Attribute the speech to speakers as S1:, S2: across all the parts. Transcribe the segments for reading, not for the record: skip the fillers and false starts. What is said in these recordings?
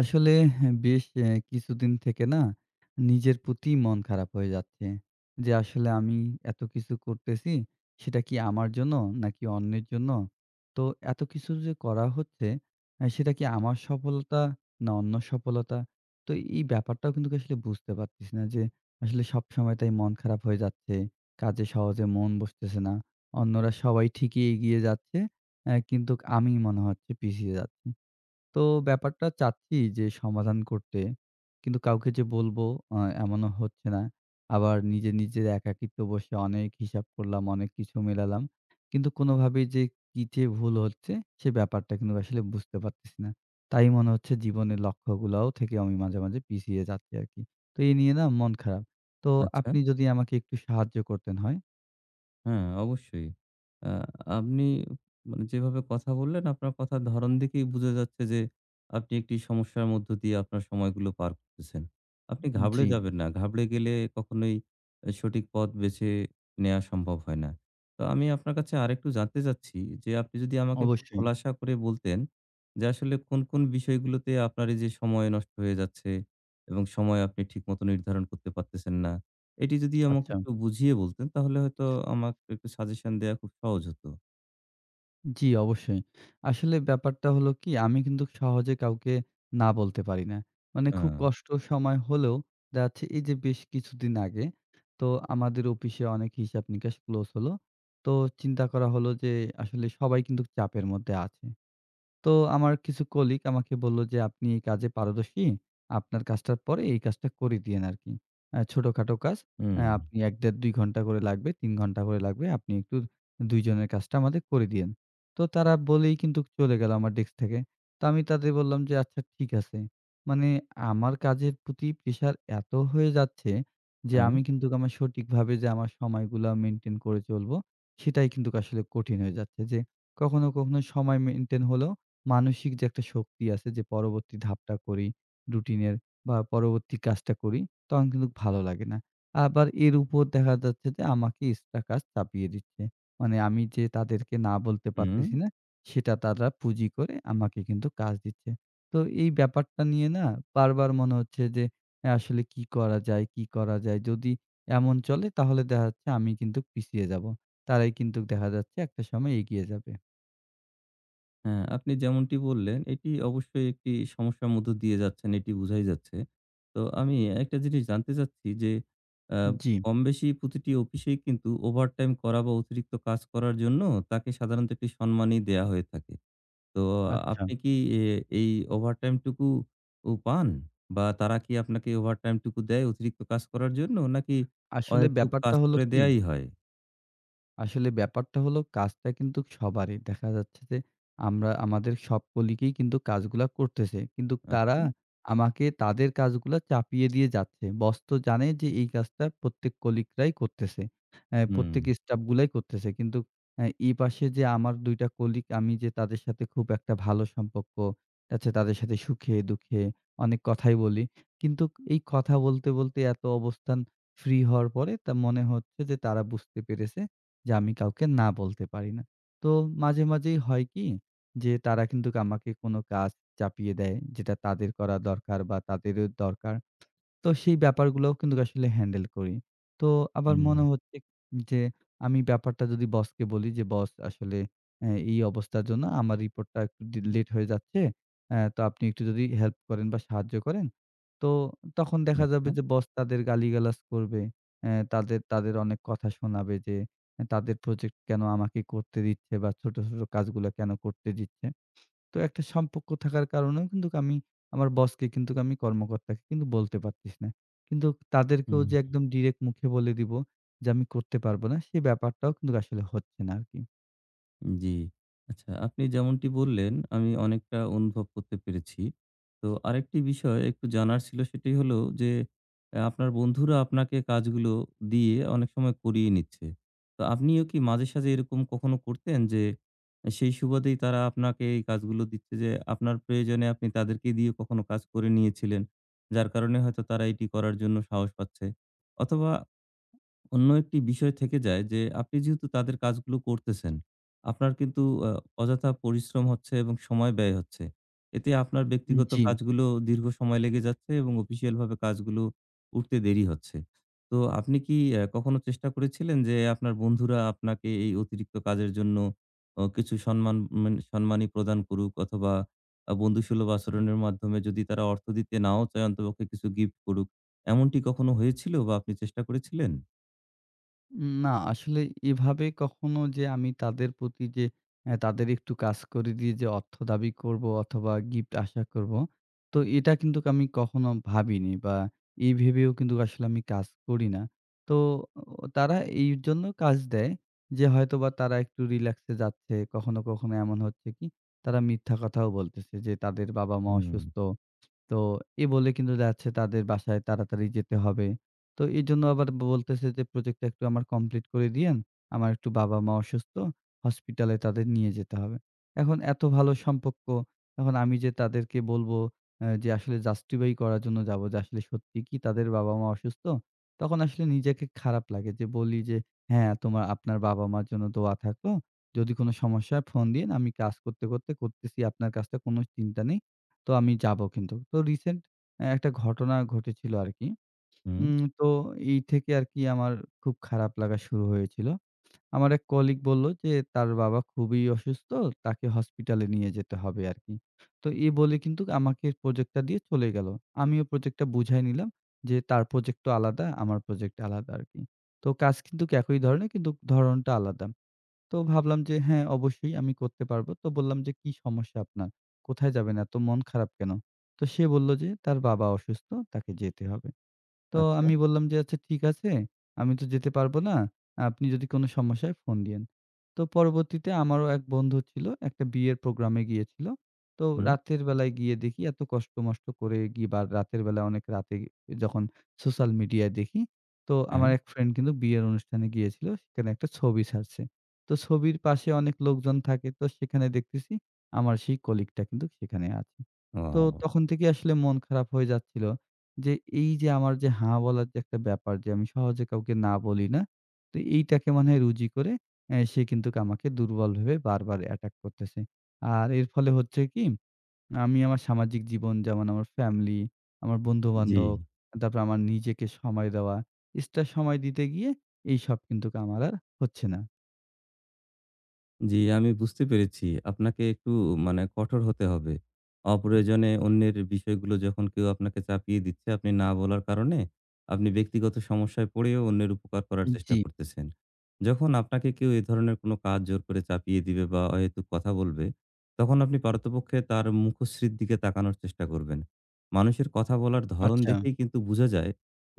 S1: আসলে বেশ কিছুদিন থেকে না নিজের প্রতি মন খারাপ হয়ে যাচ্ছে। যে আসলে আমি এত কিছু করতেছি সেটা কি আমার জন্য নাকি অন্যের জন্য? তো এত কিছু যে করা হচ্ছে সেটা কি আমার সফলতা না অন্যর সফলতা? তো এই ব্যাপারটাও কিন্তু আসলে বুঝতে পারতেছি না যে আসলে সবসময় তাই মন খারাপ হয়ে যাচ্ছে। কাজে সহজে মন বসতেছে না। অন্যরা সবাই ঠিকই এগিয়ে যাচ্ছে কিন্তু আমি মনে হচ্ছে পিছিয়ে যাচ্ছি। তো ব্যাপারটা চাচ্ছি যে সমাধান করতে। কিন্তু কাউকে যে বলবো আ এমনও হচ্ছে না। আবার নিজের একাকিত্ব বসে অনেক হিসাব করলাম, অনেক কিছু মেলালাম। কিন্তু কোনোভাবেই যে কি যে ভুল হচ্ছে সে ব্যাপারটা কিন্তু আসলে বুঝতে পারতেছি না। তাই মনে হচ্ছে জীবনের লক্ষ্যগুলাও থেকে আমি মাঝে, মাঝে পিছিয়ে যাচ্ছি আরকি। তো এই নিয়ে না মন খারাপ। তো
S2: আচ্ছা।
S1: আপনি যদি আমাকে একটু সাহায্য করতেন হয়?
S2: হ্যাঁ, অবশ্যই। আ আপনি মানে যেভাবে কথা বললেন, আপনার কথার ধরণ দেখেই বোঝা যাচ্ছে যে, আপনি একটি সমস্যার মধ্য দিয়ে আপনার সময়গুলো পার করতেছেন। আপনি ঘাবড়ে
S1: জি।
S2: যাবেন না। ঘাবড়ে গেলে কখনোই এ সঠিক পথ বেছে নেয়া সম্ভব হয় না। তো আমি আপনার কাছে আরেকটু জানতে চাচ্ছি যে, আপনি যদি
S1: জি,
S2: আমাকে একটু
S1: অবশ্যই।
S2: খোলাসা করে বলতেন যে, আসলে কোন, কোন বিষয়গুলোতে আপনার এই যে সময় নষ্ট হয়ে যাচ্ছে এবং সময় আপনি ঠিক মতো নির্ধারণ করতে পারতেছেন না? এটি যদি আমাকে
S1: আচ্ছা।
S2: একটু বুঝিয়ে বলতেন তাহলে হয়তো আমাকে একটু সাজেশন দেয়া খুব সহজ হতো।
S1: জি, অবশ্যই। আসলে ব্যাপারটা হলো কি আমি কিন্তু সহজে কাউকে না বলতে পারি না। মানে
S2: আ
S1: খুব কষ্ট সময় হলেও দেখা যাচ্ছে এই যে বেশ কিছুদিন আগে তো আমাদের অফিসে অনেক হিসাব নিকাশ ক্লোজ হলো। তো চিন্তা করা হলো যে আসলে সবাই কিন্তু চাপের মধ্যে আছে। তো আমার কিছু কলিগ আমাকে বলল যে, "আপনি এই কাজে পারদর্শী। আপনার কাজটার পরে এই কাজটা করে দিয়েন আরকি। ছোটখাটো কাজ।
S2: হুম,
S1: আপনি ১-১.৫-২ ঘন্টা করে লাগবে, ৩ ঘন্টা করে লাগবে। আপনি একটু ২ জনের কাজটা আমাদের করে দিয়েন।" তো তারা বলেই কিন্তু চলে গেল আমার ডেস্ক থেকে। তো আমি তাদের বললাম যে, "আচ্ছা ঠিক আছে।" মানে আমার কাজের প্রতি প্রেশার এত হয়ে যাচ্ছে যে,
S2: হ্যাঁ,
S1: আমি কিন্তু আমার সঠিকভাবে যে আমার সময়গুলা মেইনটেইন করে চলবো, সেটাই কিন্তু আসলে কঠিন হয়ে যাচ্ছে। যে কখনো, কখনো সময় মেইনটেইন হলেও মানসিক যে একটা শক্তি আছে যে পরবর্তী ধাপটা করি রুটিনের বা পরবর্তী কাজটা করি তখন কিন্তু ভালো লাগে না। আবার এর উপর দেখা যাচ্ছে যে আমাকে এক্সট্রা কাজ চাপিয়ে দিচ্ছে। মানে আমি যে তাদেরকে না বলতে
S2: হুম,
S1: পারতেছি না সেটা তারা পুঁজি করে আমাকে কিন্তু কাজ দিচ্ছে। তো এই ব্যাপারটা নিয়ে না বারবার মনে হচ্ছে যে এ আসলে কি করা যায়, কি করা যায়? যদি এমন চলে তাহলে দেখা যাচ্ছে আমি কিন্তু পিছিয়ে যাবো। তারাই কিন্তু দেখা যাচ্ছে একটা সময় এগিয়ে যাবে।
S2: হ্যাঁ, আপনি যেমনটি বললেন এটি অবশ্যই একটি সমস্যার মধ্য দিয়ে যাচ্ছেন এটি বুঝাই যাচ্ছে। তো আমি একটা জিনিস জানতে চাচ্ছি যে আ
S1: জি,
S2: কম বেশি প্রতিটি অফিসেই কিন্তু ওভারটাইম করা বা অতিরিক্ত কাজ করার জন্য তাকে সাধারণত একটি সম্মানই দেয়া হয়ে থাকে। তো
S1: আচ্ছা।
S2: আপনি কি এ এই ওভারটাইম টুকু পান? বা তারা কি আপনাকে ওভারটাইম টুকু দেয় অতিরিক্ত কাজ করার জন্য? নাকি
S1: আসলে
S2: অহেতুক কাজ
S1: ব্যাপারটা হলো
S2: করে
S1: কি?
S2: দেয়াই হয়?
S1: আসলে ব্যাপারটা হলো কাজটা কিন্তু সবারই। দেখা যাচ্ছে যে আমরা আমাদের সব কলিগই কিন্তু কাজগুলা করতেছে। কিন্তু তারা
S2: আচ্ছা।
S1: আমাকে তাদের কাজগুলা চাপিয়ে দিয়ে যাচ্ছে। বস তো জানে যে এই কাজটা প্রত্যেক কলিগরাই করতেছে।
S2: হুম,
S1: প্রত্যেক স্টাফ গুলাই করতেছে। কিন্তু এপাশে যে আমার ২ টা কলিগ আমি যে তাদের সাথে খুব একটা ভালো সম্পর্ক আছে তাদের সাথে সুখে দুঃখে অনেক কথাই বলি। কিন্তু এই কথা বলতে, বলতে এত অবস্থান ফ্রি হওয়ার পরে তা মনে হচ্ছে যে তারা বুঝতে পেরেছে যে আমি কাউকে না বলতে পারি না। তো মাঝে, মাঝেই হয় কি? যে তারা কিন্তু আমাকে কোনো কাজ চাপিয়ে দেয়, যেটা তাদের করা দরকার বা তাদেরও দরকার। তো সেই ব্যাপারগুলোও কিন্তু আসলে হ্যান্ডেল করি। তো আবার
S2: হুম।
S1: মনে হচ্ছে যে আমি ব্যাপারটা যদি বসকে বলি যে, "বস আসলে এই অবস্থার জন্য আমার রিপোর্টটা একটু ডি লেট হয়ে যাচ্ছে। তো আপনি একটু যদি হেল্প করেন বা সাহায্য করেন।" তো তখন দেখা যাবে
S2: আচ্ছা।
S1: যে বস তাদের গালিগালাজ করবে। তাদের তাদের অনেক কথা শোনাবে যে, আহ, তাদের প্রজেক্ট কেন আমাকে করতে দিচ্ছে বা ছোট, ছোট কাজগুলো কেন করতে দিচ্ছে। তো একটা সম্পর্ক থাকার কারণেও কিন্তুক আমি আমার বসকে কিন্তুক আমি কর্মকর্তাকে কিন্তু বলতে পারতেছি না। কিন্তু তাদেরকেও
S2: হুম।
S1: যে একদম ডিরেক্ট মুখে বলে দিব যে আমি করতে পারব না, সে ব্যাপারটাও কিন্তু আসলে হচ্ছে না আরকি।
S2: জি। আচ্ছা আপনি যেমনটি বললেন, আমি অনেকটা অনুভব করতে পেরেছি। তো আরেকটি বিষয় একটু জানার ছিল সেটি হলো যে, আপনার বন্ধুরা আপনাকে কাজগুলো দিয়ে অনেক সময় করিয়ে নিচ্ছে। তো আপনিও কি মাঝে সাঝে এরকম কখনো করতেন যে, সেই সুবাদেই তারা আপনাকে এই কাজগুলো দিচ্ছে যে, আপনার প্রয়োজনে আপনি তাদেরকে দিয়ে কখনো কাজ করে নিয়েছিলেন, যার কারণে হয়তো তারা এটি করার জন্য সাহস পাচ্ছে? অথবা অন্য একটি বিষয় থেকে যায় যে আপনি যেহেতু তাদের কাজগুলো করতেছেন, আপনার কিন্তু আ অযথা পরিশ্রম হচ্ছে এবং সময় ব্যয় হচ্ছে। এতে আপনার ব্যক্তিগত
S1: জি।
S2: কাজগুলো দীর্ঘ সময় লেগে যাচ্ছে এবং অফিসিয়াল ভাবে কাজগুলো উঠতে দেরি হচ্ছে। তো আপনি কি কখনো চেষ্টা করেছিলেন যে আপনার বন্ধুরা আপনাকে এই অতিরিক্ত কাজের জন্য কিছু সম্মান মানে সম্মানী প্রদান করুক অথবা বন্ধুসুলভ আচরণের মাধ্যমে যদি তারা অর্থ দিতে নাও চায় অন্ততপক্ষে কিছু গিফট করুক। এমনটি কখনো হয়েছিল বা আপনি চেষ্টা করেছিলেন?
S1: না আসলে এভাবে কখনো যে আমি তাদের প্রতি যে তাদের একটু কাজ করে দিয়ে যে অর্থ দাবি করব অথবা গিফট আশা করব। তো এটা কিন্তু আমি কখনো ভাবিনি বা এই ভেবেও কিন্তু আসলে আমি কাজ করি না। তো ও তারা এইজন্য কাজ দেয় যে হয়তোবা তারা একটু রিল্যাক্সে যাচ্ছে। কখনো, কখনো এমন হচ্ছে কি তারা মিথ্যা কথাও বলতেছে যে তাদের বাবা-মা
S2: হুম,
S1: অসুস্থ। তো এ বলে কিন্তু যাচ্ছে তাদের বাসায় তাড়াতাড়ি যেতে হবে। তো এজন্য আবার বলতেছে যে, "প্রজেক্টটা একটু আমার কমপ্লিট করে দিয়েন। আমার একটু বাবা-মা অসুস্থ। হসপিটালে তাদের নিয়ে যেতে হবে।" এখন এত ভালো সম্পর্ক, এখন আমি যে তাদেরকে বলবো যে আসলে জাস্টিফাই করার জন্য যাবো যে আসলে সত্যি কি তাদের বাবা-মা অসুস্থ? তখন আসলে নিজেকে খারাপ লাগে যে বলি যে, "হ্যাঁ, তোমার আপনার বাবা-মার জন্য দোয়া থাকলো। যদি কোনো সমস্যা হয় ফোন দিয়েন। আমি কাজ করতে, করতে করতেছি। আপনার কাজটা কোনো চিন্তা নেই।" তো আমি যাবো কিন্তু। তো রিসেন্ট একটা ঘটনা ঘটেছিল আরকি।
S2: হুম,
S1: তো এই থেকে আরকি আমার খুব খারাপ লাগা শুরু হয়েছিল। আমার এক কলিগ বলল যে, তার বাবা খুবই অসুস্থ, তাকে হসপিটালে নিয়ে যেতে হবে আরকি। তো এ বলে কিন্তু আমাকে প্রজেক্টটা দিয়ে চলে গেল। আমিও প্রজেক্টটা বুঝাই নিলাম যে, তার প্রজেক্ট তো আলাদা, আমার প্রজেক্ট আলাদা আরকি। তো কাজ কিন্তু একই ধরনের কিন্তু ধরনটা আলাদা। তো ভাবলাম যে হ্যাঁ, অবশ্যই আমি করতে পারবো। তো বললাম যে, "কি সমস্যা আপনার? কোথায় যাবেন? এত মন খারাপ কেন?" তো সে বলল যে, "তার বাবা অসুস্থ, তাকে যেতে হবে।" তো
S2: আচ্ছা,
S1: আমি বললাম যে, "আচ্ছা ঠিক আছে। আমি তো যেতে পারব না। আপনি যদি কোনো সমস্যা হয় ফোন দিয়েন।" তো পরবর্তীতে আমারও এক বন্ধু ছিল। একটা বিয়ের প্রোগ্রামে গিয়েছিল। তো
S2: হুম,
S1: রাতের বেলায় গিয়ে দেখি এত কষ্ট-মষ্ট করে গিয়ে বা রাতের বেলায় অনেক রাতে যখন সোশ্যাল মিডিয়ায় দেখি, তো
S2: হ্যাঁ,
S1: আমার এক ফ্রেন্ড কিন্তু বিয়ের অনুষ্ঠানে গিয়েছিল। সেখানে একটা ছবি ছাড়ছে। তো ছবির পাশে অনেক লোকজন থাকে। তো সেখানে দেখতেছি আমার সেই কলিগটা কিন্তু সেখানে আছে। তো
S2: ও
S1: তখন থেকে আসলে মন খারাপ হয়ে যাচ্ছিল। যে এই যে আমার যে হ্যাঁ বলার যে একটা ব্যাপার যে আমি সহজে কাউকে না বলি না। তো এইটাকে মনে হয় রুজি করে সে কিন্তু আমাকে দুর্বল ভেবে বারবার অ্যাটাক করতেছে। আর এর ফলে হচ্ছে কি আমি আমার সামাজিক জীবন যেমন আমার ফ্যামিলি, আমার
S2: জি।
S1: বন্ধু-বান্ধব, তারপর আমার নিজেকে সময় দেওয়া, এক্সট্রা সময় দিতে গিয়ে এইসব কিন্তু আমার আর হচ্ছে না।
S2: জি, আমি বুঝতে পেরেছি। আপনাকে একটু মানে কঠোর হতে হবে। অপ্রয়োজনে অন্যের বিষয়গুলো যখন কেউ আপনাকে চাপিয়ে দিচ্ছে, আপনি না বলার কারণে আপনি ব্যক্তিগত সমস্যায় পড়েও অন্যের উপকার করার চেষ্টা
S1: জি।
S2: করতেছেন। যখন আপনাকে কেউ এ ধরনের কোনো কাজ জোর করে চাপিয়ে দিবে বা অহেতুক কথা বলবে, তখন আপনি পারতপক্ষে তার মুখশ্রীর দিকে তাকানোর চেষ্টা করবেন। মানুষের কথা বলার ধরন
S1: আচ্ছা,
S2: দেখেই কিন্তু বুঝা যায়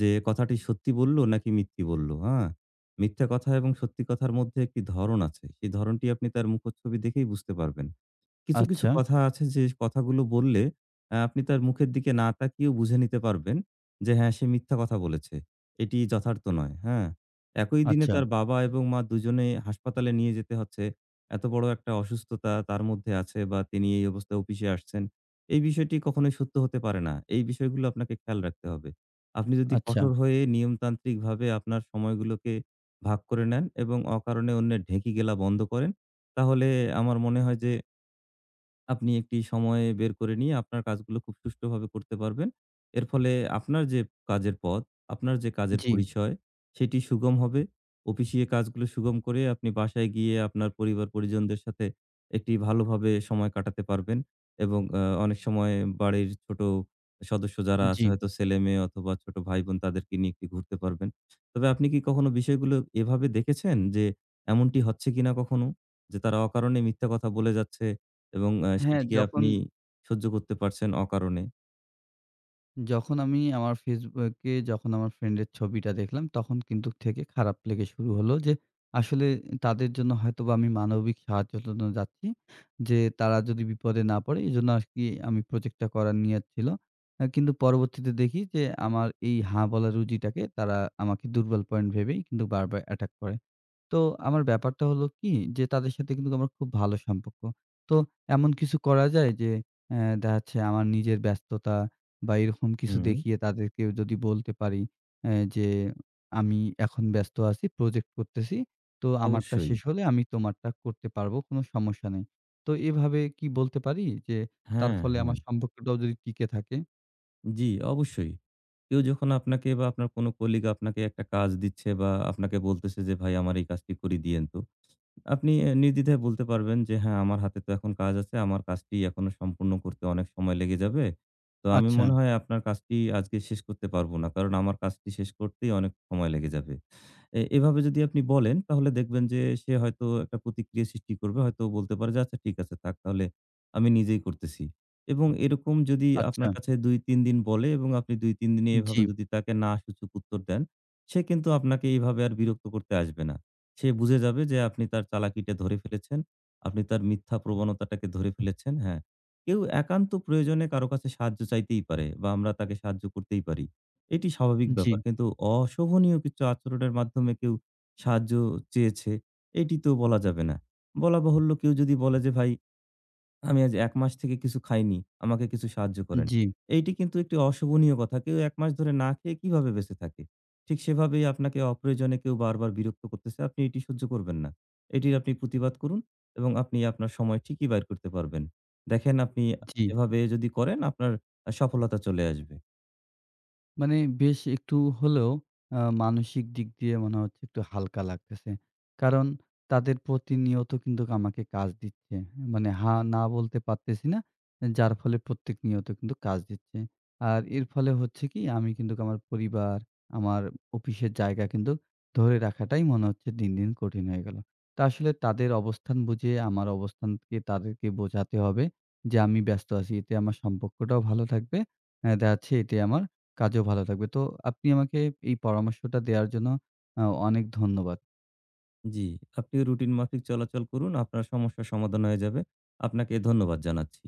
S2: যে কথাটি সত্যি বলল নাকি মিথ্যি বলল, হ্যাঁ? মিথ্যা কথা এবং সত্যি কথার মধ্যে একটি ধরন আছে। সেই ধরনটি আপনি তার মুখচ্ছবি দেখেই বুঝতে পারবেন। কিছু, কিছু
S1: আচ্ছা,
S2: কথা আছে যে কথাগুলো বললে আপনি তার মুখের দিকে না তাকিয়েও বুঝে নিতে পারবেন যে হ্যাঁ, সে মিথ্যা কথা বলেছে। এটি যথার্থ নয়। হ্যাঁ? একই দিনে
S1: আচ্ছা,
S2: তার বাবা এবং মা দুজনেই হাসপাতালে নিয়ে যেতে হচ্ছে। এত বড় একটা অসুস্থতা তার মধ্যে আছে বা তিনি এই অবস্থায় অফিসে আসছেন। এই বিষয়টি কখনোই সত্য হতে পারে না। এই বিষয়গুলো আপনাকে খেয়াল রাখতে হবে। আপনি যদি
S1: আচ্ছা,
S2: কঠোর হয়ে নিয়মতান্ত্রিকভাবে আপনার সময়গুলোকে ভাগ করে নেন এবং অকারণে অন্যের ঢেঁকি গেলা বন্ধ করেন, তাহলে আমার মনে হয় যে আপনি একটি সময় বের করে নিয়ে আপনার কাজগুলো খুব সুষ্ঠুভাবে করতে পারবেন। এর ফলে আপনার যে কাজের পথ, আপনার যে কাজের
S1: জি,
S2: পরিচয় সেটি সুগম হবে। অফিসীয় কাজগুলো সুগম করে আপনি বাসায় গিয়ে আপনার পরিবার-পরিজনদের সাথে একটি ভালোভাবে সময় কাটাতে পারবেন এবং অনেক সময় বাড়ির ছোট সদস্য যারা
S1: জি।
S2: আছে হয়তো ছেলে-মেয়ে অথবা ছোট ভাই-বোন তাদেরকে নিয়ে একটু ঘুরতে পারবেন। তবে আপনি কি কখনো বিষয়গুলো এভাবে দেখেছেন যে এমনটি হচ্ছে কিনা কখনো? যে তারা অকারণে মিথ্যা কথা বলে যাচ্ছে এবং
S1: হ্যাঁ,
S2: সেটিকে
S1: যখন
S2: আপনি সহ্য করতে পারছেন অকারণে।
S1: যখন আমি আমার Facebook এ যখন আমার ফ্রেন্ডের ছবিটা দেখলাম, তখন কিন্তু থেকে খারাপ লেগে শুরু হলো যে, আসলে তাদের জন্য হয়তোবা আমি মানবিক সাহায্যের জন্য যাচ্ছি। যে তারা যদি বিপদে না পড়ে এজন্য আরকি আমি প্রজেক্টটা করার নিয়ত ছিল। কিন্তু পরবর্তীতে দেখি যে আমার এই হা বলা রুজিটাকে তারা আমাকে দুর্বল পয়েন্ট ভেবেই কিন্তু বারবার অ্যাটাক করে। তো আমার ব্যাপারটা হলো কি যে তাদের সাথে কিন্তু আমার খুব ভালো সম্পর্ক। তো এমন কিছু করা যায় যে দেখা যাচ্ছে আমার নিজের ব্যস্ততা বা এরকম কিছু
S2: হুম,
S1: দেখিয়ে তাদেরকেও যদি বলতে পারি যে আমি এখন ব্যস্ত আছি, প্রজেক্ট করতেছি। তো আমারটা
S2: অবশ্যই।
S1: শেষ হলে আমি তোমারটা করতে পারবো। কোনো সমস্যা নেই। তো এভাবে কি বলতে পারি যে তার
S2: হ্যাঁ,
S1: ফলে
S2: হ্যাঁ।
S1: আমার সম্পর্কটাও যদি টিকে থাকে?
S2: জি, অবশ্যই। কেউ যখন আপনাকে বা আপনার কোনো কলিগ আপনাকে একটা কাজ দিচ্ছে বা আপনাকে বলতেছে যে, "ভাই আমার এই কাজটি করে দিয়েন তো।" আপনি নির্দ্বিধায় বলতে পারবেন যে, "হ্যাঁ, আমার হাতে তো এখন কাজ আছে। আমার কাজটি এখনো সম্পূর্ণ করতে অনেক সময় লেগে যাবে। তো আমি
S1: আচ্ছা,
S2: মনে হয় আপনার কাজটি আজকে শেষ করতে পারব না। কারণ আমার কাজটি শেষ করতেই অনেক সময় লেগে যাবে।" এভাবে যদি আপনি বলেন, তাহলে দেখবেন যে সে হয়তো একটা প্রতিক্রিয়া সৃষ্টি করবে। হয়তো বলতে পারে যে, "আচ্ছা ঠিক আছে থাক তাহলে আমি নিজেই করতেছি।" এবং এরকম যদি
S1: আচ্ছা।
S2: আপনার কাছে ২-৩ দিন বলে এবং আপনি ২-৩ দিনে
S1: জি,
S2: এভাবে যদি তাকে না সূচক উত্তর দেন, সে কিন্তু আপনাকে এইভাবে আর বিরক্ত করতে আসবে না। সে বুঝে যাবে যে আপনি তার চালাকিটা ধরে ফেলেছেন। আপনি তার মিথ্যা প্রবণতাটাকে ধরে ফেলেছেন। হ্যাঁ, কেউ একান্ত প্রয়োজনে কারো কাছে সাহায্য চাইতেই পারে বা আমরা তাকে সাহায্য করতেই পারি। এটি স্বাভাবিক
S1: জি,
S2: ব্যাপার। কিন্তু অশোভনীয় কিছু আচরণের মাধ্যমে কেউ সাহায্য চেয়েছে, এটি তো বলা যাবে না। বলা বাহুল্য কেউ যদি বলে যে, "ভাই আমি আজ ১ মাস থেকে কিছু খাইনি। আমাকে কিছু সাহায্য করেন।
S1: জি,
S2: এইটি কিন্তু একটি অশোভনীয় কথা। কেউ ১ মাস ধরে না খেয়ে কিভাবে বেঁচে থাকে? ঠিক সেভাবেই আপনাকে অপ্রয়োজনে কেউ বারবার বিরক্ত করতেছে। আপনি এটি সহ্য করবেন না। এটির আপনি প্রতিবাদ করুন এবং আপনি আপনার সময় ঠিকই বাইর করতে পারবেন। দেখেন আপনি
S1: জি।
S2: এভাবে যদি করেন আপনার সফলতা চলে আসবে।
S1: মানে বেশ একটু হলেও মানসিক দিক দিয়ে মনে হচ্ছে একটু হালকা লাগতেছে। কারণ তাদের প্রতিনিয়ত কিন্তু আমাকে কাজ দিচ্ছে। মানে হ্যাঁ, না বলতে পারতেছি না। যার ফলে প্রত্যেক নিয়ত কিন্তু কাজ দিচ্ছে। আর এর ফলে হচ্ছে কি আমি কিন্তু আমার পরিবার, আমার অফিসের জায়গা কিন্তু ধরে রাখাটাই মনে হচ্ছে দিন, দিন কঠিন হয়ে গেল। তা আসলে তাদের অবস্থান বুঝে আমার অবস্থানকে তাদেরকে বোঝাতে হবে যে আমি ব্যস্ত আছি। এতে আমার সম্পর্কটাও ভালো থাকবে। দেখা যাচ্ছে এতে আমার কাজেও ভালো লাগবে। তো আপনি আমাকে এই পরামর্শটা দেওয়ার জন্য আ অনেক ধন্যবাদ।
S2: জি, আপনিও রুটিন মাফিক চলাচল করুন। আপনার সমস্যার সমাধান হয়ে যাবে। আপনাকে ধন্যবাদ জানাচ্ছি।